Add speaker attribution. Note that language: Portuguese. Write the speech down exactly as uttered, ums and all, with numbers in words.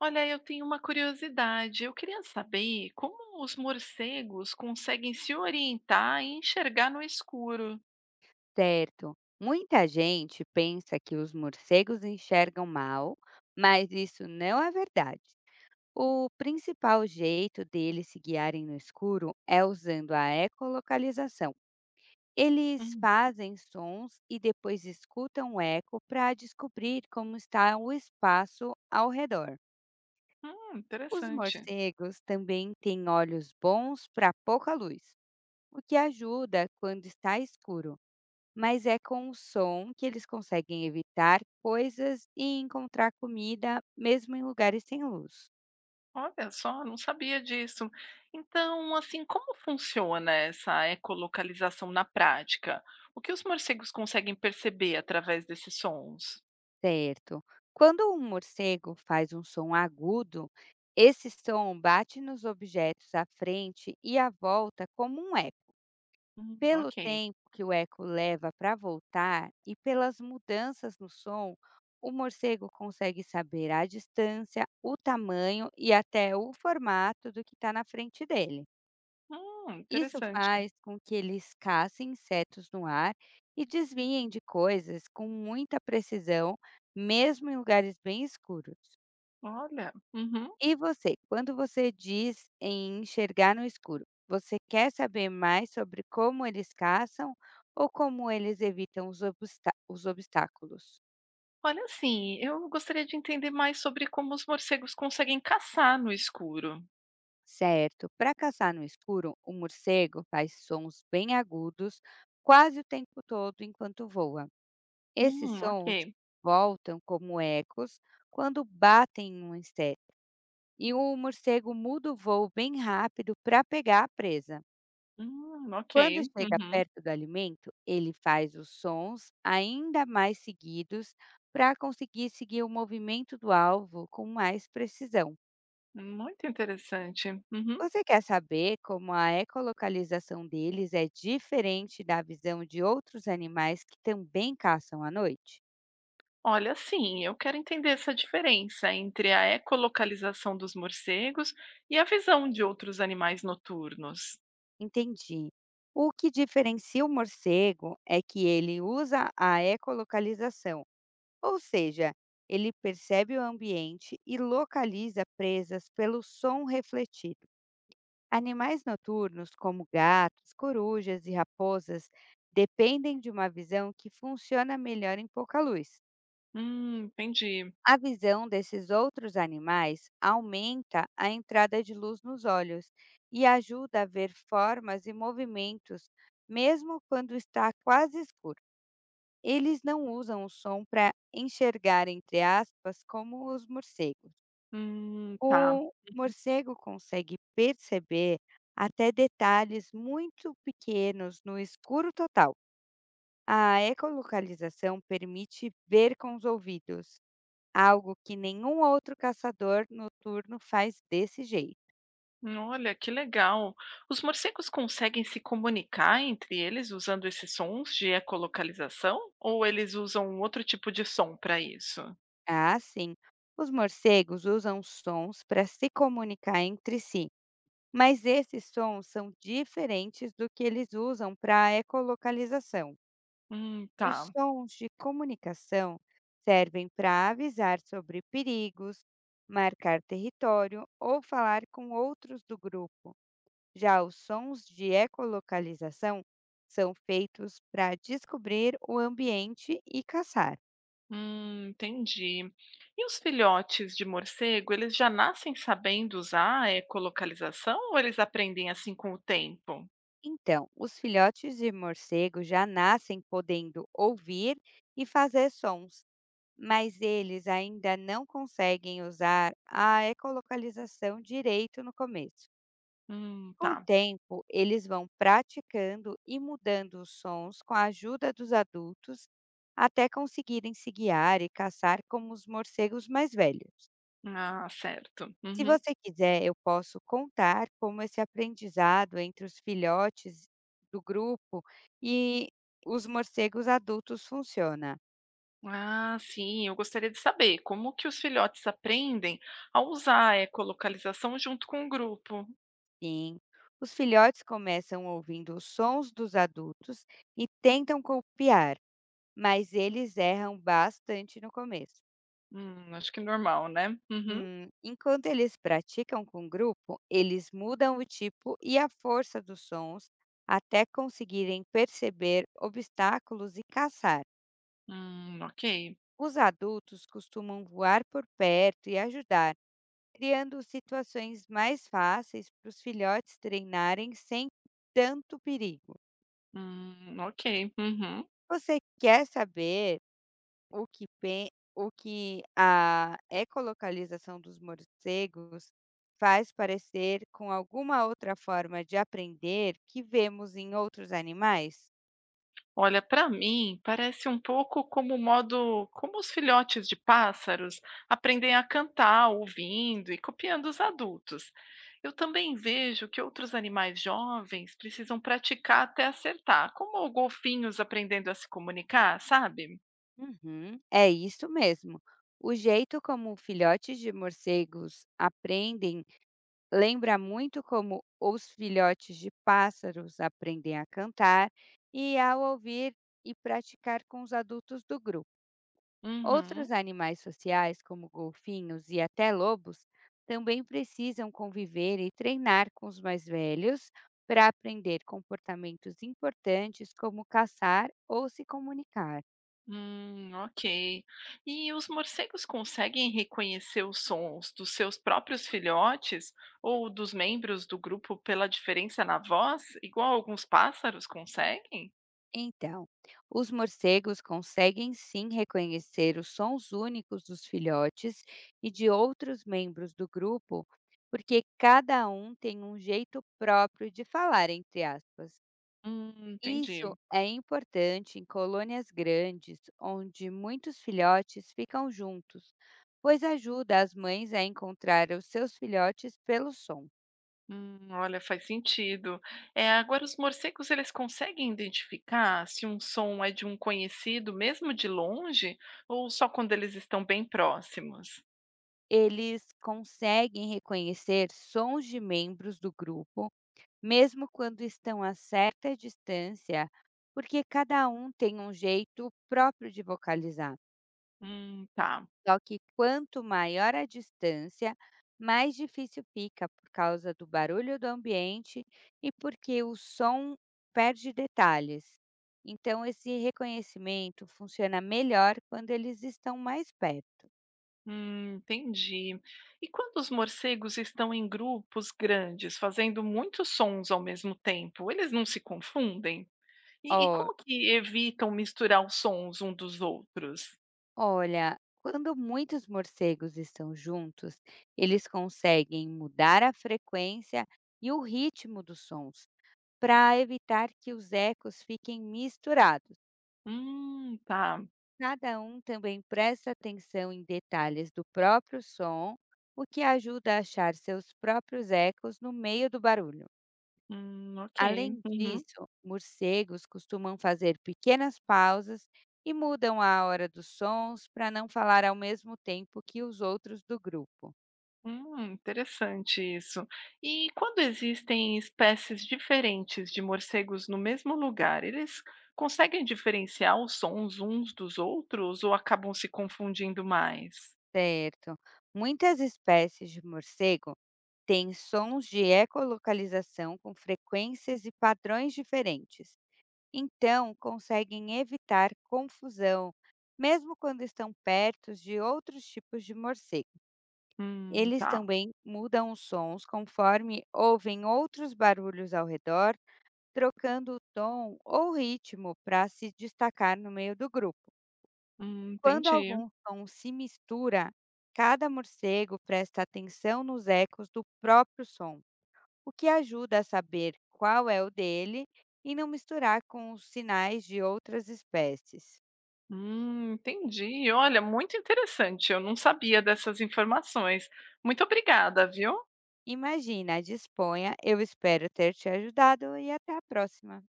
Speaker 1: Olha, eu tenho uma curiosidade. Eu queria saber como os morcegos conseguem se orientar e enxergar no escuro.
Speaker 2: Certo. Muita gente pensa que os morcegos enxergam mal, mas isso não é verdade. O principal jeito deles se guiarem no escuro é usando a ecolocalização. Eles
Speaker 1: Hum,
Speaker 2: fazem sons e depois escutam o eco para descobrir como está o espaço ao redor.
Speaker 1: hum,
Speaker 2: Os
Speaker 1: Interessante.
Speaker 2: morcegos também têm olhos bons para pouca luz, o que ajuda quando está escuro. Mas é com o som que eles conseguem evitar coisas e encontrar comida mesmo em lugares sem luz.
Speaker 1: Olha só, não sabia disso. Então, assim, como funciona essa ecolocalização na prática? O que os morcegos conseguem perceber através desses sons?
Speaker 2: Certo. Quando um morcego faz um som agudo, esse som bate nos objetos à frente e à volta como um eco.
Speaker 1: Hum,
Speaker 2: Pelo
Speaker 1: ok.
Speaker 2: tempo que o eco leva para voltar e pelas mudanças no som, o morcego consegue saber a distância, o tamanho e até o formato do que está na frente dele.
Speaker 1: Hum,
Speaker 2: Isso
Speaker 1: interessante.
Speaker 2: faz com que eles caçem insetos no ar e desviem de coisas com muita precisão, mesmo em lugares bem escuros.
Speaker 1: Olha. Uhum.
Speaker 2: E você, quando você diz em enxergar no escuro, você quer saber mais sobre como eles caçam ou como eles evitam os, obsta- os obstáculos?
Speaker 1: Olha, assim, eu gostaria de entender mais sobre como os morcegos conseguem caçar no escuro.
Speaker 2: Certo, para caçar no escuro, o morcego faz sons bem agudos quase o tempo todo enquanto voa. Esses
Speaker 1: Hum,
Speaker 2: sons
Speaker 1: ok.
Speaker 2: voltam como ecos quando batem em um inseto, e o morcego muda o voo bem rápido para pegar a presa.
Speaker 1: Hum,
Speaker 2: Quando
Speaker 1: ok.
Speaker 2: chega
Speaker 1: Uhum.
Speaker 2: perto do alimento, ele faz os sons ainda mais seguidos para conseguir seguir o movimento do alvo com mais precisão.
Speaker 1: Muito interessante. Uhum.
Speaker 2: Você quer saber como a ecolocalização deles é diferente da visão de outros animais que também caçam à noite?
Speaker 1: Olha, sim, eu quero entender essa diferença entre a ecolocalização dos morcegos e a visão de outros animais noturnos.
Speaker 2: Entendi. O que diferencia o morcego é que ele usa a ecolocalização, ou seja, ele percebe o ambiente e localiza presas pelo som refletido. Animais noturnos, como gatos, corujas e raposas, dependem de uma visão que funciona melhor em pouca luz.
Speaker 1: Hum, entendi.
Speaker 2: A visão desses outros animais aumenta a entrada de luz nos olhos e ajuda a ver formas e movimentos, mesmo quando está quase escuro. Eles não usam o som para enxergar, entre aspas, como os morcegos.
Speaker 1: Hum, tá.
Speaker 2: O morcego consegue perceber até detalhes muito pequenos no escuro total. A ecolocalização permite ver com os ouvidos, algo que nenhum outro caçador noturno faz desse jeito.
Speaker 1: Hum, Olha, que legal. Os morcegos conseguem se comunicar entre eles usando esses sons de ecolocalização? Ou eles usam outro tipo de som para isso?
Speaker 2: Ah, sim. Os morcegos usam sons para se comunicar entre si, mas esses sons são diferentes do que eles usam para ecolocalização.
Speaker 1: Hum, tá.
Speaker 2: Os sons de comunicação servem para avisar sobre perigos, marcar território ou falar com outros do grupo. Já os sons de ecolocalização são feitos para descobrir o ambiente e caçar.
Speaker 1: Hum, entendi. E os filhotes de morcego, eles já nascem sabendo usar a ecolocalização ou eles aprendem assim com o tempo?
Speaker 2: Então, os filhotes de morcego já nascem podendo ouvir e fazer sons, mas eles ainda não conseguem usar a ecolocalização direito no começo.
Speaker 1: Hum,
Speaker 2: Com o
Speaker 1: tá.
Speaker 2: tempo, eles vão praticando e mudando os sons com a ajuda dos adultos até conseguirem se guiar e caçar como os morcegos mais velhos.
Speaker 1: Ah, certo.
Speaker 2: Se
Speaker 1: Uhum.
Speaker 2: você quiser, eu posso contar como esse aprendizado entre os filhotes do grupo e os morcegos adultos funciona.
Speaker 1: Ah, sim, eu gostaria de saber como que os filhotes aprendem a usar a ecolocalização junto com o grupo.
Speaker 2: Sim, os filhotes começam ouvindo os sons dos adultos e tentam copiar, mas eles erram bastante no começo.
Speaker 1: Hum, acho que normal, né? Uhum.
Speaker 2: Hum, enquanto eles praticam com grupo, eles mudam o tipo e a força dos sons até conseguirem perceber obstáculos e caçar.
Speaker 1: Hum, ok.
Speaker 2: Os adultos costumam voar por perto e ajudar, criando situações mais fáceis para os filhotes treinarem sem tanto perigo.
Speaker 1: Hum, ok. Uhum.
Speaker 2: Você quer saber o que, pe- o que a ecolocalização dos morcegos faz parecer com alguma outra forma de aprender que vemos em outros animais?
Speaker 1: Olha, para mim, parece um pouco como o modo como os filhotes de pássaros aprendem a cantar ouvindo e copiando os adultos. Eu também vejo que outros animais jovens precisam praticar até acertar, como golfinhos aprendendo a se comunicar, sabe?
Speaker 2: Uhum, é isso mesmo. O jeito como filhotes de morcegos aprendem lembra muito como os filhotes de pássaros aprendem a cantar e ao ouvir e praticar com os adultos do grupo.
Speaker 1: Uhum.
Speaker 2: Outros animais sociais, como golfinhos e até lobos, também precisam conviver e treinar com os mais velhos para aprender comportamentos importantes como caçar ou se comunicar.
Speaker 1: Hum, ok. E os morcegos conseguem reconhecer os sons dos seus próprios filhotes ou dos membros do grupo pela diferença na voz, igual alguns pássaros conseguem?
Speaker 2: Então, os morcegos conseguem sim reconhecer os sons únicos dos filhotes e de outros membros do grupo, porque cada um tem um jeito próprio de falar, entre aspas.
Speaker 1: Hum,
Speaker 2: Isso
Speaker 1: entendi.
Speaker 2: é importante em colônias grandes, onde muitos filhotes ficam juntos, pois ajuda as mães a encontrar os seus filhotes pelo som.
Speaker 1: Hum, olha, faz sentido. É, agora os morcegos eles conseguem identificar se um som é de um conhecido, mesmo de longe, ou só quando eles estão bem próximos?
Speaker 2: Eles conseguem reconhecer sons de membros do grupo mesmo quando estão a certa distância, porque cada um tem um jeito próprio de vocalizar.
Speaker 1: Hum, tá.
Speaker 2: Só que quanto maior a distância, mais difícil fica por causa do barulho do ambiente e porque o som perde detalhes. Então, esse reconhecimento funciona melhor quando eles estão mais perto.
Speaker 1: Hum, entendi. E quando os morcegos estão em grupos grandes, fazendo muitos sons ao mesmo tempo, eles não se confundem? E, e
Speaker 2: Ó,
Speaker 1: como que evitam misturar os sons um dos outros?
Speaker 2: Olha, quando muitos morcegos estão juntos, eles conseguem mudar a frequência e o ritmo dos sons para evitar que os ecos fiquem misturados.
Speaker 1: Hum, tá.
Speaker 2: Cada um também presta atenção em detalhes do próprio som, o que ajuda a achar seus próprios ecos no meio do barulho.
Speaker 1: Hum, ok.
Speaker 2: Além
Speaker 1: Uhum.
Speaker 2: disso, morcegos costumam fazer pequenas pausas e mudam a hora dos sons para não falar ao mesmo tempo que os outros do grupo.
Speaker 1: Hum, interessante isso. E quando existem espécies diferentes de morcegos no mesmo lugar, eles conseguem diferenciar os sons uns dos outros ou acabam se confundindo mais?
Speaker 2: Certo. Muitas espécies de morcego têm sons de ecolocalização com frequências e padrões diferentes. Então, conseguem evitar confusão, mesmo quando estão perto de outros tipos de morcego.
Speaker 1: Hum,
Speaker 2: Eles
Speaker 1: tá.
Speaker 2: também mudam os sons conforme ouvem outros barulhos ao redor, trocando o tom ou ritmo para se destacar no meio do grupo.
Speaker 1: Hum,
Speaker 2: Quando
Speaker 1: entendi.
Speaker 2: algum som se mistura, cada morcego presta atenção nos ecos do próprio som, o que ajuda a saber qual é o dele e não misturar com os sinais de outras espécies.
Speaker 1: Hum, entendi. Olha, muito interessante. Eu não sabia dessas informações. Muito obrigada, viu?
Speaker 2: Imagina, disponha, eu espero ter te ajudado e até a próxima!